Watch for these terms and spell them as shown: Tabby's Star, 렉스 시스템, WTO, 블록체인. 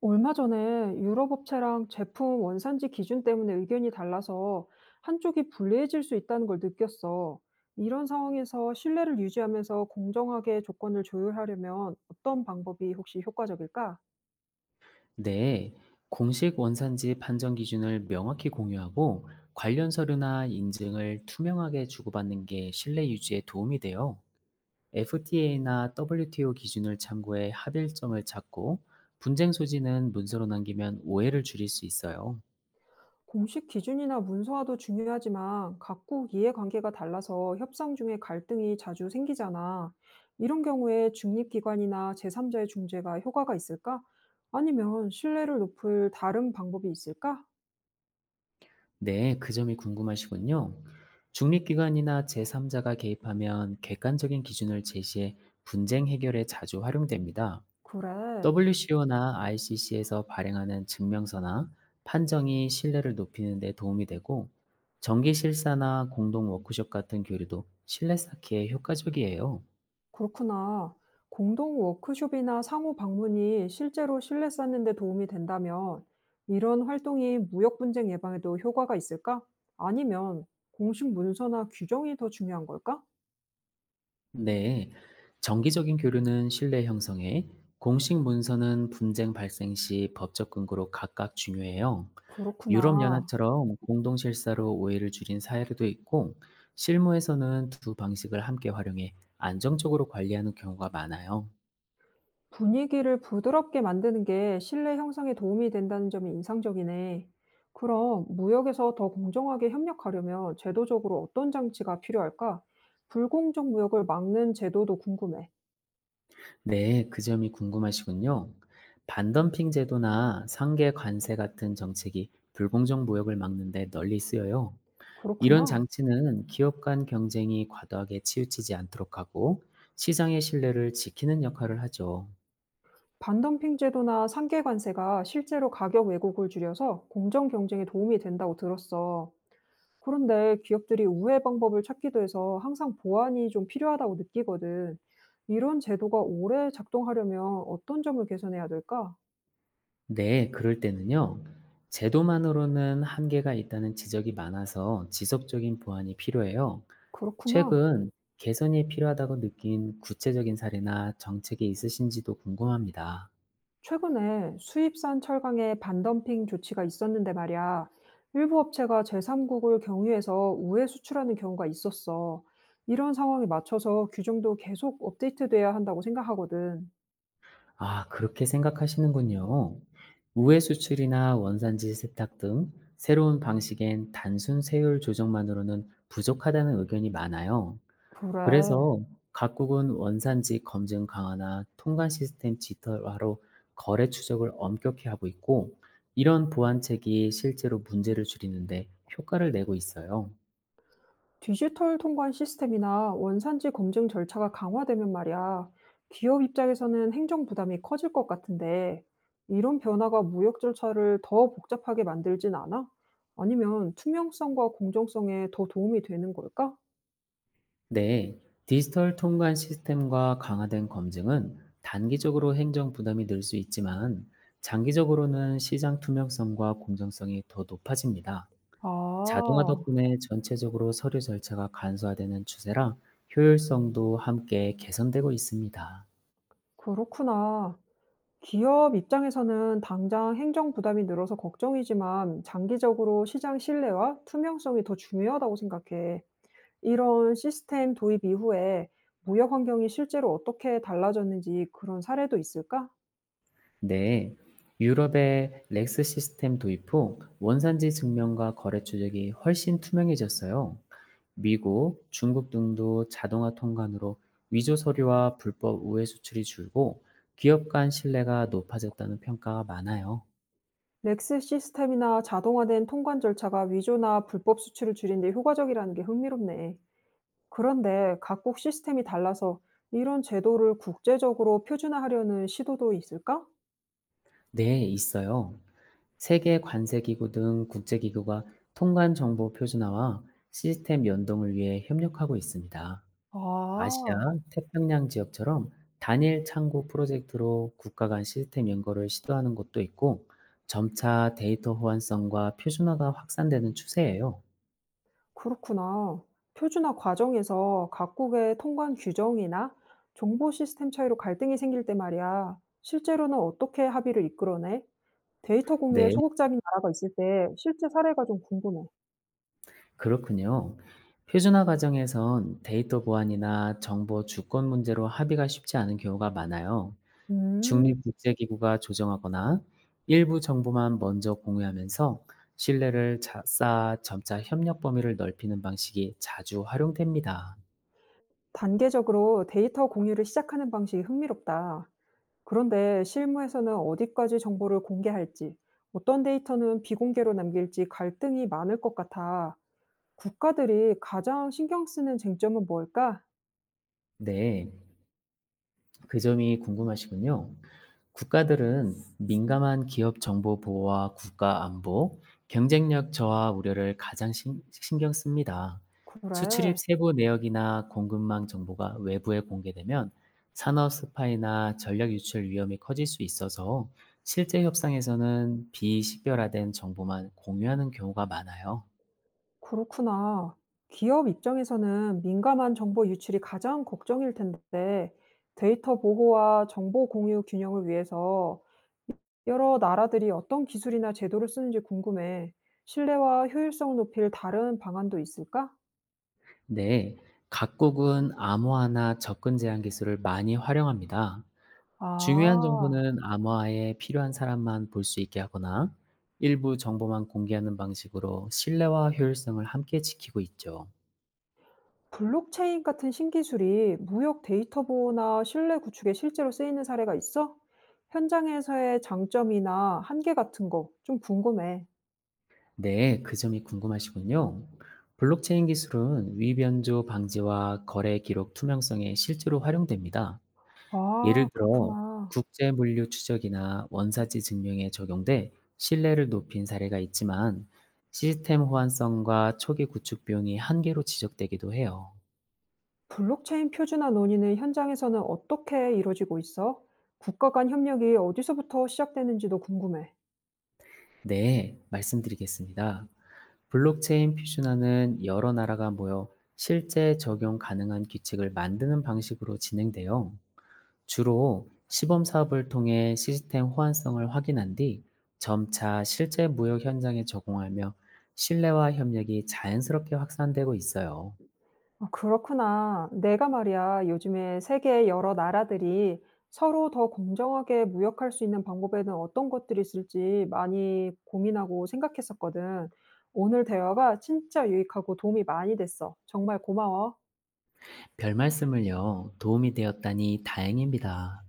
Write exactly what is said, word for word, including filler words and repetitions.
얼마 전에 유럽 업체랑 제품 원산지 기준 때문에 의견이 달라서 한쪽이 불리해질 수 있다는 걸 느꼈어. 이런 상황에서 신뢰를 유지하면서 공정하게 조건을 조율하려면 어떤 방법이 혹시 효과적일까? 네, 공식 원산지 판정 기준을 명확히 공유하고 관련 서류나 인증을 투명하게 주고받는 게 신뢰 유지에 도움이 돼요. 에프티에이나 더블유티오 기준을 참고해 합일점을 찾고 분쟁 소지는 문서로 남기면 오해를 줄일 수 있어요. 공식 기준이나 문서화도 중요하지만 각국 이해관계가 달라서 협상 중에 갈등이 자주 생기잖아. 이런 경우에 중립기관이나 제삼자의 중재가 효과가 있을까? 아니면 신뢰를 높일 다른 방법이 있을까? 네, 그 점이 궁금하시군요. 중립기관이나 제삼자가 개입하면 객관적인 기준을 제시해 분쟁 해결에 자주 활용됩니다. 그래. 더블유씨오나 아이씨씨에서 발행하는 증명서나 판정이 신뢰를 높이는 데 도움이 되고 정기 실사나 공동 워크숍 같은 교류도 신뢰 쌓기에 효과적이에요. 그렇구나. 공동 워크숍이나 상호 방문이 실제로 신뢰 쌓는 데 도움이 된다면 이런 활동이 무역 분쟁 예방에도 효과가 있을까? 아니면 공식 문서나 규정이 더 중요한 걸까? 네. 정기적인 교류는 신뢰 형성에, 공식 문서는 분쟁 발생 시 법적 근거로 각각 중요해요. 그렇구나. 유럽연합처럼 공동 실사로 오해를 줄인 사례도 있고, 실무에서는 두 방식을 함께 활용해 안정적으로 관리하는 경우가 많아요. 분위기를 부드럽게 만드는 게 신뢰 형성에 도움이 된다는 점이 인상적이네. 그럼 무역에서 더 공정하게 협력하려면 제도적으로 어떤 장치가 필요할까? 불공정 무역을 막는 제도도 궁금해. 네, 그 점이 궁금하시군요. 반덤핑 제도나 상계 관세 같은 정책이 불공정 무역을 막는데 널리 쓰여요. 이런 그렇구나. 장치는 기업 간 경쟁이 과도하게 치우치지 않도록 하고 시장의 신뢰를 지키는 역할을 하죠. 반덤핑 제도나 상계 관세가 실제로 가격 왜곡을 줄여서 공정 경쟁에 도움이 된다고 들었어. 그런데 기업들이 우회 방법을 찾기도 해서 항상 보완이 좀 필요하다고 느끼거든. 이런 제도가 오래 작동하려면 어떤 점을 개선해야 될까? 네, 그럴 때는요. 제도만으로는 한계가 있다는 지적이 많아서 지속적인 보완이 필요해요. 그렇구나. 최근 개선이 필요하다고 느낀 구체적인 사례나 정책이 있으신지도 궁금합니다. 최근에 수입산 철강에 반덤핑 조치가 있었는데 말이야. 일부 업체가 제삼국을 경유해서 우회 수출하는 경우가 있었어. 이런 상황에 맞춰서 규정도 계속 업데이트돼야 한다고 생각하거든. 아, 그렇게 생각하시는군요. 우회 수출이나 원산지 세탁 등 새로운 방식엔 단순 세율 조정만으로는 부족하다는 의견이 많아요. 그래. 그래서 각국은 원산지 검증 강화나 통관 시스템 디지털화로 거래 추적을 엄격히 하고 있고, 이런 보완책이 실제로 문제를 줄이는데 효과를 내고 있어요. 디지털 통관 시스템이나 원산지 검증 절차가 강화되면 말이야. 기업 입장에서는 행정 부담이 커질 것 같은데, 이런 변화가 무역 절차를 더 복잡하게 만들진 않아? 아니면 투명성과 공정성에 더 도움이 되는 걸까? 네, 디지털 통관 시스템과 강화된 검증은 단기적으로 행정 부담이 늘 수 있지만 장기적으로는 시장 투명성과 공정성이 더 높아집니다. 아, 자동화 덕분에 전체적으로 서류 절차가 간소화되는 추세라 효율성도 함께 개선되고 있습니다. 그렇구나. 기업 입장에서는 당장 행정 부담이 늘어서 걱정이지만 장기적으로 시장 신뢰와 투명성이 더 중요하다고 생각해. 이런 시스템 도입 이후에 무역 환경이 실제로 어떻게 달라졌는지 그런 사례도 있을까? 네, 유럽의 렉스 시스템 도입 후 원산지 증명과 거래 추적이 훨씬 투명해졌어요. 미국, 중국 등도 자동화 통관으로 위조 서류와 불법 우회 수출이 줄고 기업 간 신뢰가 높아졌다는 평가가 많아요. 렉스 시스템이나 자동화된 통관 절차가 위조나 불법 수출을 줄이는 데 효과적이라는 게 흥미롭네. 그런데 각국 시스템이 달라서 이런 제도를 국제적으로 표준화하려는 시도도 있을까? 네, 있어요. 세계 관세기구 등 국제기구가 통관 정보 표준화와 시스템 연동을 위해 협력하고 있습니다. 아시아, 아, 태평양 지역처럼 단일 창구 프로젝트로 국가 간 시스템 연결을 시도하는 곳도 있고 점차 데이터 호환성과 표준화가 확산되는 추세예요. 그렇구나. 표준화 과정에서 각국의 통관 규정이나 정보 시스템 차이로 갈등이 생길 때 말이야. 실제로는 어떻게 합의를 이끌어내? 데이터 공유에 네. 소극적인 나라가 있을 때 실제 사례가 좀 궁금해. 그렇군요. 표준화 과정에선 데이터 보안이나 정보 주권 문제로 합의가 쉽지 않은 경우가 많아요. 음, 중립국제기구가 조정하거나 일부 정보만 먼저 공유하면서 신뢰를 자- 쌓아 점차 협력 범위를 넓히는 방식이 자주 활용됩니다. 단계적으로 데이터 공유를 시작하는 방식이 흥미롭다. 그런데 실무에서는 어디까지 정보를 공개할지, 어떤 데이터는 비공개로 남길지 갈등이 많을 것 같아. 국가들이 가장 신경 쓰는 쟁점은 뭘까? 네, 그 점이 궁금하시군요. 국가들은 민감한 기업 정보 보호와 국가 안보, 경쟁력 저하 우려를 가장 신, 신경 씁니다. 수출입 그래, 세부 내역이나 공급망 정보가 외부에 공개되면 산업 스파이나 전략 유출 위험이 커질 수 있어서 실제 협상에서는 비식별화된 정보만 공유하는 경우가 많아요. 그렇구나. 기업 입장에서는 민감한 정보 유출이 가장 걱정일 텐데, 데이터 보호와 정보 공유 균형을 위해서 여러 나라들이 어떤 기술이나 제도를 쓰는지 궁금해. 신뢰와 효율성 높일 다른 방안도 있을까? 네, 각국은 암호화나 접근 제한 기술을 많이 활용합니다. 아, 중요한 정보는 암호화에 필요한 사람만 볼 수 있게 하거나 일부 정보만 공개하는 방식으로 신뢰와 효율성을 함께 지키고 있죠. 블록체인 같은 신기술이 무역 데이터 보호나 신뢰 구축에 실제로 쓰이는 사례가 있어? 현장에서의 장점이나 한계 같은 거 좀 궁금해. 네, 그 점이 궁금하시군요. 블록체인 기술은 위변조 방지와 거래 기록 투명성에 실제로 활용됩니다. 예를 아, 들어 그렇구나. 국제 물류 추적이나 원사지 증명에 적용돼 신뢰를 높인 사례가 있지만 시스템 호환성과 초기 구축 비용이 한계로 지적되기도 해요. 블록체인 표준화 논의는 현장에서는 어떻게 이루어지고 있어? 국가 간 협력이 어디서부터 시작되는지도 궁금해. 네, 말씀드리겠습니다. 블록체인 퓨전화는 여러 나라가 모여 실제 적용 가능한 규칙을 만드는 방식으로 진행되어 주로 시범 사업을 통해 시스템 호환성을 확인한 뒤 점차 실제 무역 현장에 적용하며 신뢰와 협력이 자연스럽게 확산되고 있어요. 어 그렇구나. 내가 말이야, 요즘에 세계 여러 나라들이 서로 더 공정하게 무역할 수 있는 방법에는 어떤 것들이 있을지 많이 고민하고 생각했었거든. 오늘 대화가 진짜 유익하고 도움이 많이 됐어. 정말 고마워. 별 말씀을요, 도움이 되었다니 다행입니다.